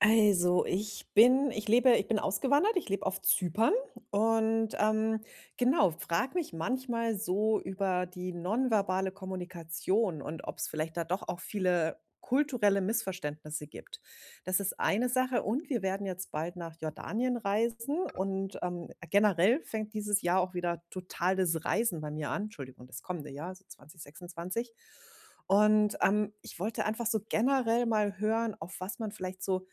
Also, ich bin ausgewandert, ich lebe auf Zypern und, genau, frage mich manchmal so über die nonverbale Kommunikation und ob es vielleicht da doch auch viele kulturelle Missverständnisse gibt. Das ist eine Sache und wir werden jetzt bald nach Jordanien reisen und, generell fängt dieses Jahr auch wieder total das Reisen bei mir an. Entschuldigung, das kommende Jahr, so 2026. Und, ich wollte einfach so generell mal hören, auf was man vielleicht so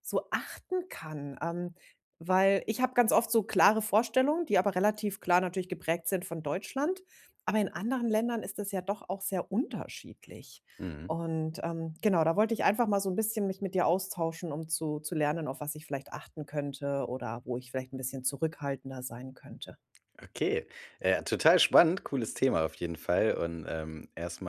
so achten kann. Weil ich habe ganz oft so klare Vorstellungen, die aber relativ klar natürlich geprägt sind von Deutschland. Aber in anderen Ländern ist das ja doch auch sehr unterschiedlich. Mhm. Und genau, da wollte ich einfach mal so ein bisschen mich mit dir austauschen, um zu lernen, auf was ich vielleicht achten könnte oder wo ich vielleicht ein bisschen zurückhaltender sein könnte. Okay, total spannend, cooles Thema auf jeden Fall und, erst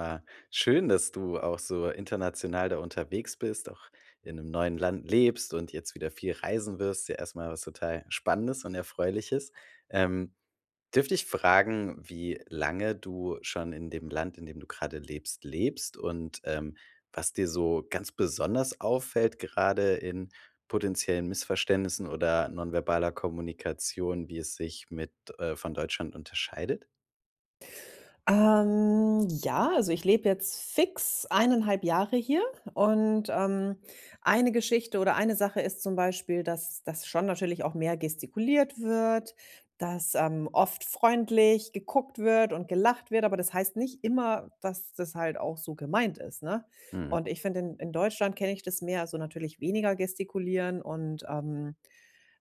schön, dass du auch so international da unterwegs bist, auch in einem neuen Land lebst und jetzt wieder viel reisen wirst. Ja, erstmal was total Spannendes und Erfreuliches. Ähm Dürfte ich fragen, wie lange du schon in dem Land, in dem du gerade lebst, lebst und, was dir so ganz besonders auffällt, gerade in potenziellen Missverständnissen oder nonverbaler Kommunikation, wie es sich mit, von Deutschland unterscheidet? Ja, also ich lebe jetzt fix 1,5 Jahre hier und, eine Geschichte oder eine Sache ist zum Beispiel, dass das schon natürlich auch mehr gestikuliert wird, dass, oft freundlich geguckt wird und gelacht wird, aber das heißt nicht immer, dass das halt auch so gemeint ist, ne? Mhm. Und ich finde, in Deutschland kenne ich das mehr, also natürlich weniger gestikulieren und,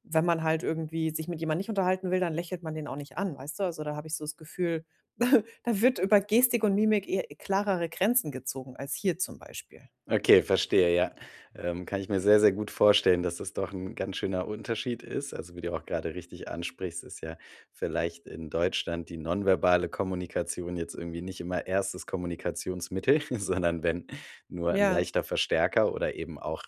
wenn man halt irgendwie sich mit jemandem nicht unterhalten will, dann lächelt man den auch nicht an, weißt du? Also, da habe ich so das Gefühl, da wird über Gestik und Mimik eher klarere Grenzen gezogen als hier zum Beispiel. Okay, verstehe, ja. Kann ich mir sehr, sehr gut vorstellen, dass das doch ein ganz schöner Unterschied ist. Also, wie du auch gerade richtig ansprichst, ist ja vielleicht in Deutschland die nonverbale Kommunikation jetzt irgendwie nicht immer erstes Kommunikationsmittel, sondern wenn nur ein Ja. leichter Verstärker oder eben auch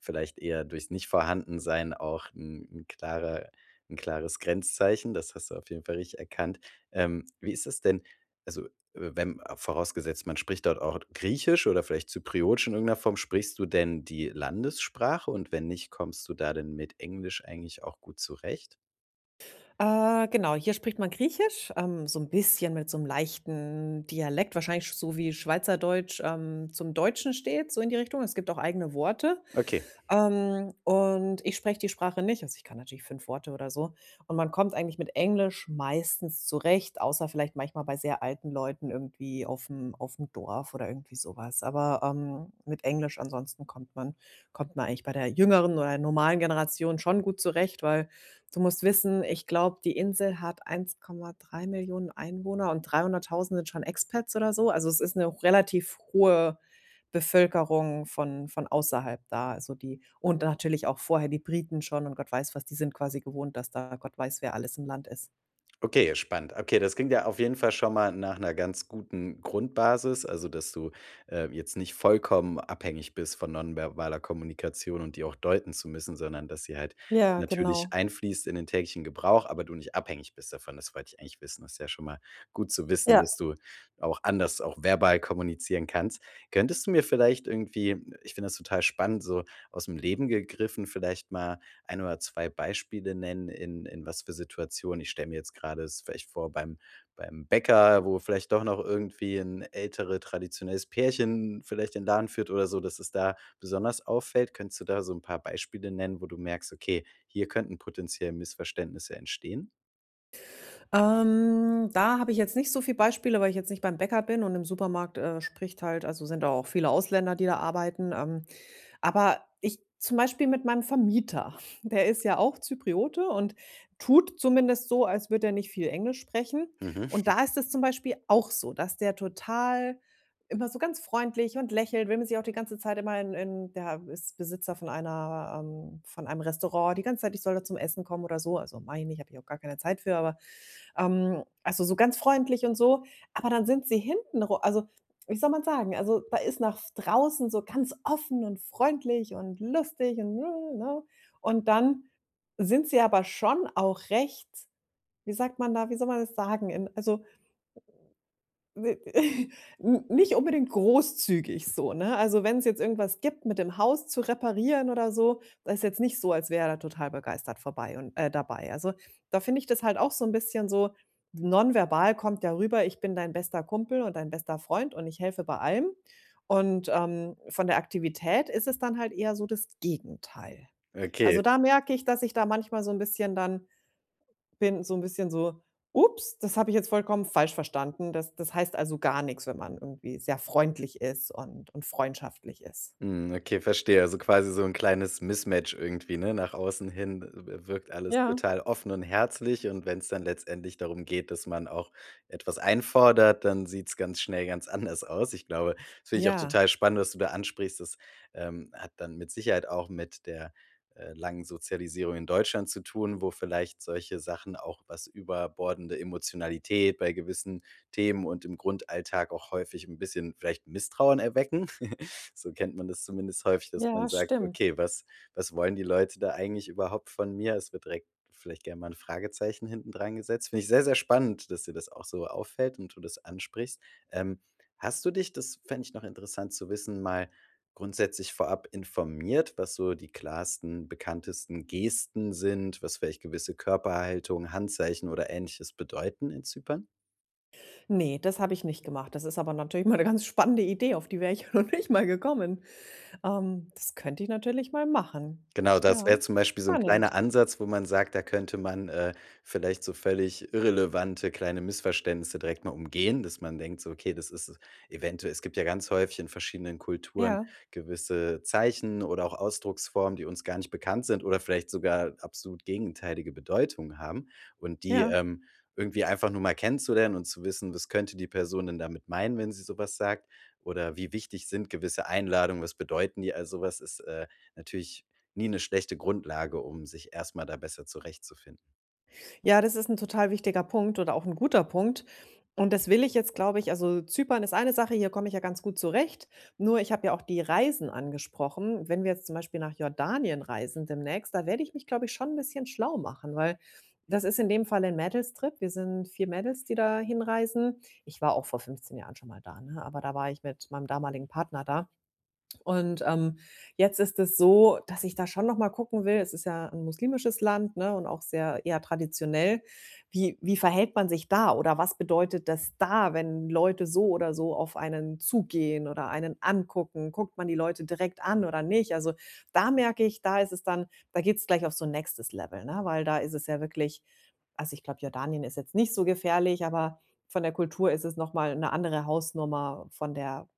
vielleicht eher durchs Nichtvorhandensein auch ein 'n klarer ein klares Grenzzeichen. Das hast du auf jeden Fall richtig erkannt. Wie ist es denn also, wenn vorausgesetzt, man spricht dort auch Griechisch oder vielleicht Zypriotisch in irgendeiner Form. Sprichst du denn die Landessprache? Und wenn nicht, kommst du da denn mit Englisch eigentlich auch gut zurecht? Genau, hier spricht man Griechisch, so ein bisschen mit so einem leichten Dialekt, wahrscheinlich so wie Schweizerdeutsch, zum Deutschen steht, so in die Richtung. Es gibt auch eigene Worte. Okay. Und ich spreche die Sprache nicht, also ich kann natürlich 5 Worte oder so. Und man kommt eigentlich mit Englisch meistens zurecht, außer vielleicht manchmal bei sehr alten Leuten irgendwie auf dem Dorf oder irgendwie sowas. Aber, mit Englisch ansonsten kommt man eigentlich bei der jüngeren oder normalen Generation schon gut zurecht, weil du musst wissen, ich glaube, die Insel hat 1,3 Millionen Einwohner und 300.000 sind schon Expats oder so. Also, es ist eine relativ hohe Bevölkerung von außerhalb da, also die und natürlich auch vorher die Briten schon und Gott weiß was, die sind quasi gewohnt, dass da Gott weiß wer alles im Land ist. Okay, spannend. Okay, das klingt ja auf jeden Fall schon mal nach einer ganz guten Grundbasis, also, dass du, jetzt nicht vollkommen abhängig bist von nonverbaler Kommunikation und die auch deuten zu müssen, sondern dass sie halt Ja, natürlich genau. einfließt in den täglichen Gebrauch, aber du nicht abhängig bist davon. Das wollte ich eigentlich wissen. Das ist ja schon mal gut zu wissen, Ja. dass du auch anders auch verbal kommunizieren kannst. Könntest du mir vielleicht irgendwie, ich finde das total spannend, so aus dem Leben gegriffen, vielleicht mal ein oder zwei Beispiele nennen, in was für Situationen? Ich stelle mir jetzt gerade es vielleicht vor beim Bäcker, wo vielleicht doch noch irgendwie ein ältere traditionelles Pärchen vielleicht den Laden führt oder so, dass es da besonders auffällt. Könntest du da so ein paar Beispiele nennen, wo du merkst: „Okay, hier könnten potenziell Missverständnisse entstehen?“ Da habe ich jetzt nicht so viel Beispiele, weil ich jetzt nicht beim Bäcker bin und im Supermarkt, spricht halt also, sind da auch viele Ausländer, die da arbeiten. Aber ich zum Beispiel mit meinem Vermieter, der ist ja auch Zypriote und tut zumindest so, als würde er nicht viel Englisch sprechen. Mhm. Und da ist es zum Beispiel auch so, dass der total immer so ganz freundlich und lächelt, will man sich auch die ganze Zeit immer in der ist Besitzer von einer von einem Restaurant, die ganze Zeit, ich soll da zum Essen kommen oder so. Also, meine ich habe ich auch gar keine Zeit für, aber, also, so ganz freundlich und so. Aber dann sind sie hintenrum also, wie soll man sagen? Also, da ist nach draußen so ganz offen und freundlich und lustig und ne? Ne. Und dann sind sie aber schon auch recht wie soll man das sagen? In also, N nicht unbedingt großzügig so, ne? Also, wenn es jetzt irgendwas gibt mit dem Haus zu reparieren oder so, da ist jetzt nicht so, als wäre er da total begeistert vorbei und dabei. Also, da finde ich das halt auch so ein bisschen so nonverbal kommt ja rüber: „Ich bin dein bester Kumpel und dein bester Freund und ich helfe bei allem.“ Und, von der Aktivität ist es dann halt eher so das Gegenteil. Okay. Also, da merke ich, dass ich da manchmal so ein bisschen dann bin so ein bisschen so: „Ups, das habe ich jetzt vollkommen falsch verstanden. Das heißt also gar nichts wenn man irgendwie sehr freundlich ist und freundschaftlich ist.“ Mhm, okay, verstehe. Also, quasi so 'n kleines Mismatch irgendwie, ne? Nach außen hin, wirkt alles Ja. total offen und herzlich und wenn's dann letztendlich darum geht, dass man auch etwas einfordert, dann sieht's ganz schnell ganz anders aus. Ich glaube, das finde ich auch Ja. total spannend, was du da ansprichst. Das, hat dann mit Sicherheit auch mit der, langen Sozialisierung in Deutschland zu tun, wo vielleicht solche Sachen auch was überbordende Emotionalität bei gewissen Themen und im Grundalltag auch häufig ein bisschen vielleicht Misstrauen erwecken. So kennt man das zumindest häufig, dass man Ja, sagt: stimmt. „Okay, was wollen die Leute da eigentlich überhaupt von mir?“ Es wird direkt vielleicht gerne mal ein Fragezeichen hinten dran gesetzt. Finde ich sehr, sehr spannend, dass dir das auch so auffällt und du das ansprichst. Ähm, hast du dich, das fände ich noch interessant zu wissen, mal grundsätzlich vorab informiert, was so die klarsten, bekanntesten Gesten sind, was vielleicht gewisse Körperhaltung, Handzeichen oder Ähnliches bedeuten in Zypern? Nee, das habe ich nicht gemacht. Das ist aber natürlich mal eine ganz spannende Idee, auf die wäre ich noch nicht mal gekommen. Das könnte ich natürlich mal machen. Genau, das Ja, wäre zum Beispiel so ein spannend. kleiner Ansatz, wo man sagt, da könnte man, vielleicht so völlig irrelevante kleine Missverständnisse direkt mal umgehen, dass man denkt so: „Okay, das ist eventuell“, es gibt ja ganz häufig in verschiedenen Kulturen Ja, gewisse Zeichen oder auch Ausdrucksformen, die uns gar nicht bekannt sind oder vielleicht sogar absolut gegenteilige Bedeutungen haben. Und die, ja. Irgendwie einfach nur mal kennenzulernen und zu wissen, was könnte die Person denn damit meinen, wenn sie sowas sagt oder wie wichtig sind gewisse Einladungen, was bedeuten die? Also so was ist, natürlich nie eine schlechte Grundlage, um sich erst mal da besser zurechtzufinden. Ja, das ist ein total wichtiger Punkt oder auch ein guter Punkt. Und das will ich jetzt, glaube ich also, Zypern ist eine Sache, hier komme ich ja ganz gut zurecht. Nur ich habe ja auch die Reisen angesprochen. Wenn wir jetzt zum Beispiel nach Jordanien reisen demnächst, da werde ich mich, glaube ich, schon ein bisschen schlau machen, weil das ist in dem Fall 'n Mädelstrip. Wir sind 4 Mädels, die da hinreisen. Ich war auch vor 15 Jahren schon mal da, ne, aber da war ich mit meinem damaligen Partner da. Und, jetzt ist es so, dass ich da schon noch mal gucken will es ist ja ein muslimisches Land, ne, und auch sehr eher traditionell. Wie verhält man sich da oder was bedeutet das da, wenn Leute so oder so auf einen zugehen oder einen angucken? Guckt man die Leute direkt an oder nicht? Also, da merke ich, da geht es gleich auf so 'n nächstes Level, ne, weil da ist es ja wirklich also, ich glaube, Jordanien ist jetzt nicht so gefährlich, aber von der Kultur ist es noch mal 'ne andere Hausnummer von der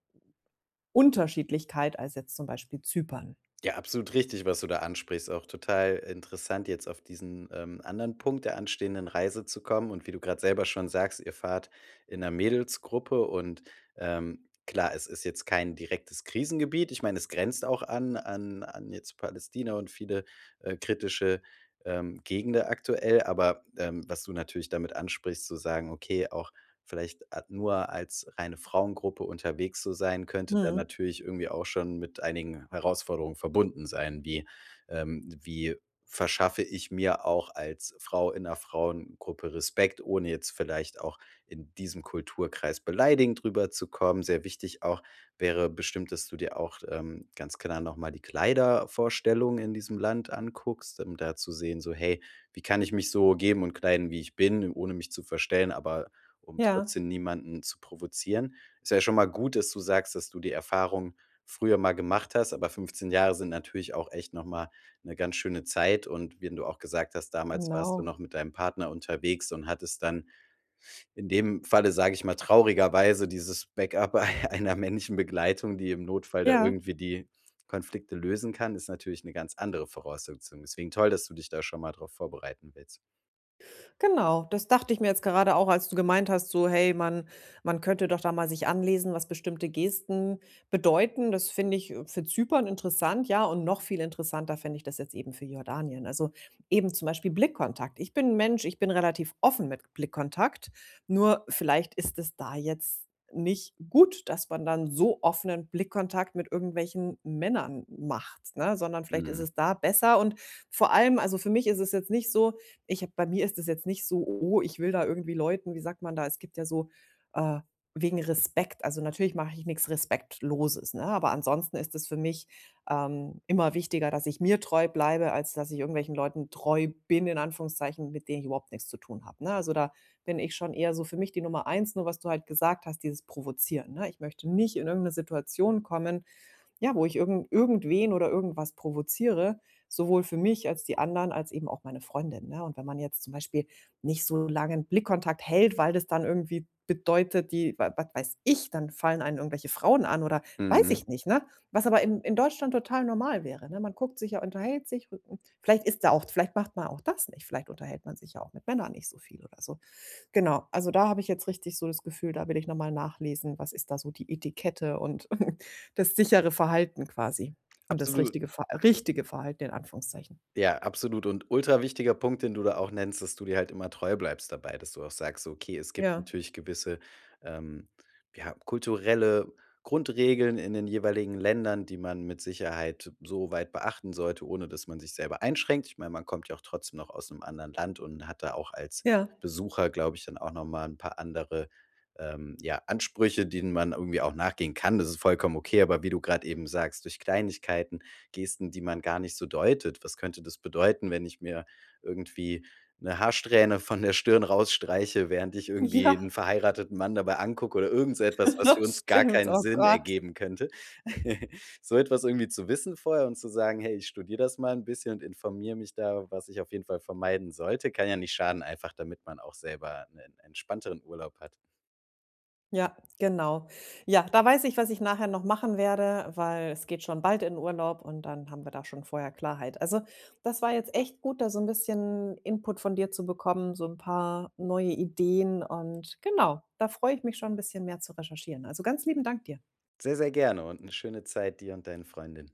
Unterschiedlichkeit als jetzt zum Beispiel Zypern. Ja, absolut richtig, was du da ansprichst. Auch total interessant, jetzt auf diesen, anderen Punkt der anstehenden Reise zu kommen. Und wie du gerade selber schon sagst, ihr fahrt in einer Mädelsgruppe und, klar, es ist jetzt kein direktes Krisengebiet. Ich meine, es grenzt auch an jetzt Palästina und viele, kritische, Gegenden aktuell. Aber, was du natürlich damit ansprichst, zu sagen: „Okay, auch vielleicht a nur als reine Frauengruppe unterwegs zu sein, könnte dann Mhm. natürlich irgendwie auch schon mit einigen Herausforderungen verbunden sein, wie ähm, wie verschaffe ich mir auch als Frau in einer Frauengruppe Respekt, ohne jetzt vielleicht auch in diesem Kulturkreis beleidigend drüber zu kommen. Sehr wichtig auch wäre bestimmt, dass du dir auch, ganz klar noch mal die Kleidervorstellung in diesem Land anguckst, um da zu sehen, so: „Hey, wie kann ich mich so geben und kleiden, wie ich bin, ohne mich zu verstellen, aber um Ja, trotzdem niemanden zu provozieren. Ist ja schon mal gut, dass du sagst, dass du die Erfahrung früher mal gemacht hast, aber 15 Jahre sind natürlich auch echt noch mal 'ne ganz schöne Zeit und wenn du auch gesagt hast, damals warst du genau. noch mit deinem Partner unterwegs und hattest dann in dem Falle, sage ich mal, traurigerweise dieses Backup einer männlichen Begleitung, die im Notfall da Ja. irgendwie die Konflikte lösen kann, ist natürlich eine ganz andere Voraussetzung. Deswegen toll, dass du dich da schon mal drauf vorbereiten willst. Genau, das dachte ich mir jetzt gerade auch, als du gemeint hast, so: „Hey, man könnte doch da mal sich anlesen, was bestimmte Gesten bedeuten.“ Das finde ich, für Zypern interessant, ja, und noch viel interessanter fände ich das jetzt eben für Jordanien. Also, eben zum Beispiel Blickkontakt. Ich bin 'n Mensch, ich bin relativ offen mit Blickkontakt, nur vielleicht ist es da jetzt nicht gut, dass man dann so offenen Blickkontakt mit irgendwelchen Männern macht, ne, sondern vielleicht ist Mhm, es da besser und vor allem also, für mich ist es jetzt nicht so, ich habe bei mir ist es jetzt nicht so: „Oh, ich will da irgendwie Leuten“ wie sagt man da? Es gibt ja so, äh wegen Respekt. Also, natürlich mache ich nichts Respektloses, ne? Aber ansonsten ist es für mich, immer wichtiger, dass ich mir treu bleibe, als dass ich irgendwelchen Leuten treu bin, in Anführungszeichen, mit denen ich überhaupt nichts zu tun habe, ne? Also, da bin ich schon eher so für mich die Nummer eins. Nur was du halt gesagt hast, dieses Provozieren, ne? Ich möchte nicht in irgendeine Situation kommen, ja, wo ich irgendwen oder irgendwas provoziere, sowohl für mich als die anderen, als eben auch meine Freundin, ne? Und wenn man jetzt zum Beispiel nicht so lange langen Blickkontakt hält, weil das dann irgendwie bedeutet, die wa was weiß ich, dann fallen einen irgendwelche Frauen an oder weiß mhm. ich nicht, ne? Was aber in Deutschland total normal wäre, ne? Man guckt sich ja, unterhält sich. Hm. Vielleicht ist da auch vielleicht macht man auch das nicht. Vielleicht unterhält man sich ja auch mit Männern nicht so viel oder so. Genau, also da habe ich jetzt richtig so das Gefühl, da will ich noch mal nachlesen, was ist da so die Etikette und das sichere Verhalten quasi und das Absolut. richtige Ver richtige Verhalten in Anführungszeichen. Ja, absolut und ultra wichtiger Punkt, den du da auch nennst, dass du dir halt immer treu bleibst dabei, dass du auch sagst: so, „Okay, es gibt Ja, natürlich gewisse, ähm, ja, kulturelle Grundregeln in den jeweiligen Ländern, die man mit Sicherheit so weit beachten sollte, ohne dass man sich selber einschränkt.“ Ich meine, man kommt ja auch trotzdem noch aus einem anderen Land und hat da auch als ja. Besucher, glaube ich, dann auch noch mal 'n paar andere, ja, Ansprüche, denen man irgendwie auch nachgehen kann. Das ist vollkommen okay, aber wie du gerade eben sagst, durch Kleinigkeiten Gesten, die man gar nicht so deutet. Was könnte das bedeuten, wenn ich mir irgendwie eine Haarsträhne von der Stirn rausstreiche, während ich irgendwie Ja. einen verheirateten Mann dabei angucke oder irgend so etwas, was für Das uns gar stimmt, keinen oh Sinn Gott. ergeben könnte. So etwas irgendwie zu wissen vorher und zu sagen: „Hey, ich studiere das mal ein bisschen und informiere mich da, was ich auf jeden Fall vermeiden sollte“, kann ja nicht schaden, einfach damit man auch selber einen entspannteren Urlaub hat. Ja, genau. Ja, da weiß ich, was ich nachher noch machen werde, weil es geht schon bald in Urlaub und dann haben wir da schon vorher Klarheit. Also, das war jetzt echt gut, da so ein bisschen Input von dir zu bekommen, so ein paar neue Ideen und genau, da freue ich mich schon ein bisschen mehr zu recherchieren. Also, ganz lieben Dank dir. Sehr, sehr gerne und eine schöne Zeit dir und deinen Freundinnen.